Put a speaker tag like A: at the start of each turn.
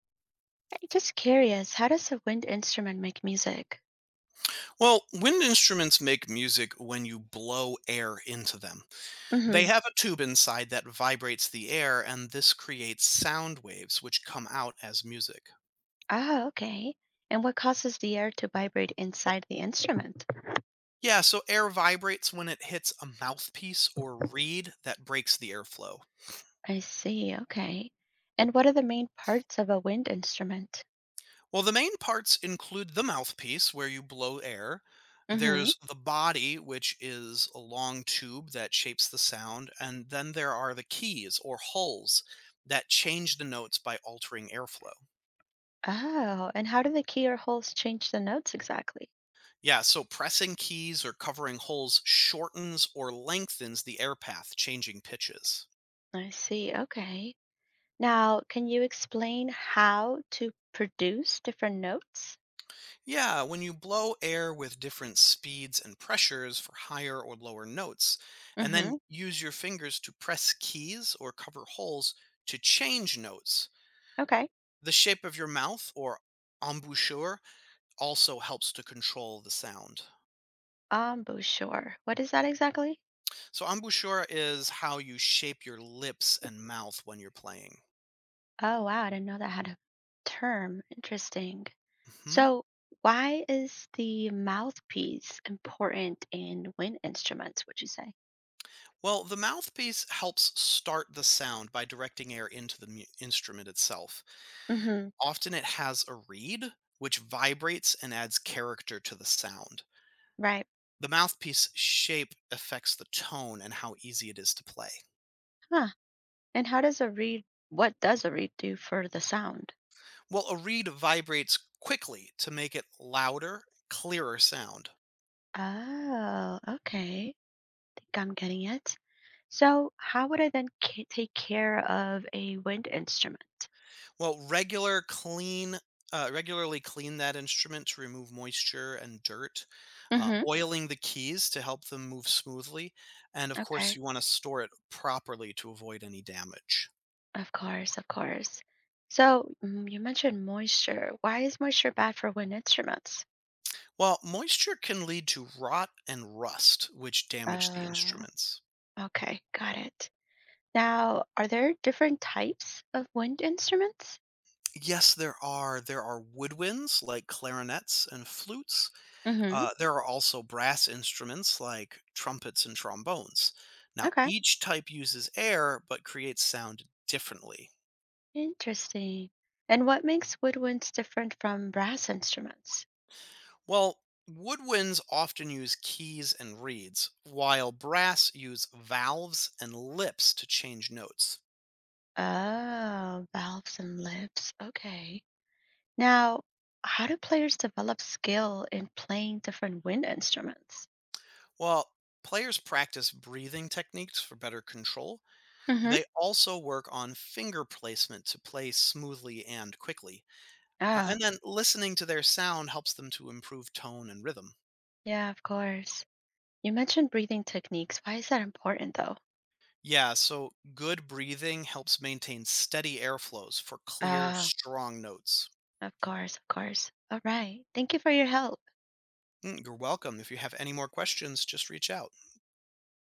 A: Hey, just curious, how does a wind instrument make music?
B: Well, wind instruments make music when you blow air into them. They
A: Mm-hmm.
B: have a tube inside that vibrates the air, and this creates sound waves which come out as music.
A: Ah, okay. And what causes the air to vibrate inside the instrument?
B: Yeah, so air vibrates when it hits a mouthpiece or reed that breaks the airflow.
A: I see, okay. And what are the main parts of a wind instrument?
B: Well, the main parts include the mouthpiece, where you blow air.
A: Mm-hmm.
B: There's the body, which is a long tube that shapes the sound. And then there are the keys or hulls that change the notes by altering airflow.
A: Oh, and how do the key or holes change the notes exactly?
B: Yeah, so pressing keys or covering holes shortens or lengthens the air path, changing pitches.
A: I see, okay. Now, can you explain how to produce different notes?
B: Yeah, when you blow air with different speeds and pressures for higher or lower notes, and then
A: Mm-hmm.
B: use your fingers to press keys or cover holes to change notes,
A: Okay.
B: the shape of your mouth or embouchure also helps to control the sound.
A: Embouchure. What is that exactly?
B: So, embouchure is how you shape your lips and mouth when you're playing.
A: Oh, wow. I didn't know that had a term. Interesting.
B: Mhm.
A: So, why is the mouthpiece important in wind instruments, would you say?
B: Well, the mouthpiece helps start the sound by directing air into the mu- instrument itself.
A: Hmm.
B: Often it has a reed, which vibrates and adds character to the sound.
A: Right.
B: The mouthpiece shape affects the tone and how easy it is to play.
A: Huh. And how does a reed, what does a reed do for the sound?
B: Well, a reed vibrates quickly to make it louder, clearer sound.
A: Oh, okay. Think I'm getting it. So, how would I then take care of a wind instrument?
B: Well, regular clean, regularly clean that instrument to remove moisture and dirt,
A: Hmm.
B: oiling the keys to help them move smoothly, and of course,
A: Okay.
B: you want to store it properly to avoid any damage.
A: Of course, of course. So you mentioned moisture. Why is moisture bad for wind instruments?
B: Well, moisture can lead to rot and rust, which damage the
A: Uh,
B: instruments.
A: okay, got it. Now, are there different types of wind instruments?
B: Yes, there are. There are woodwinds like clarinets and flutes.
A: Mm-hmm.
B: There are also brass instruments like trumpets and trombones. Now,
A: Okay,
B: each type uses air but creates sound differently.
A: interesting. And what makes woodwinds different from brass instruments?
B: Well, woodwinds often use keys and reeds, while brass use valves and lips to change notes.
A: Oh, valves and lips. Okay. Now, how do players develop skill in playing different wind instruments?
B: While players practice breathing techniques for better control.
A: Mm-hmm.
B: They also work on finger placement to play smoothly and quickly.
A: Oh,
B: And then listening to their sound helps them to improve tone and rhythm.
A: yeah, of course. You mentioned breathing techniques. Why is that important though?
B: Yeah, so good breathing helps maintain steady airflows for clear,
A: Uh,
B: strong notes.
A: of course, of course. All right. Thank you for your help.
B: Mm, you're welcome. If you have any more questions, just reach out.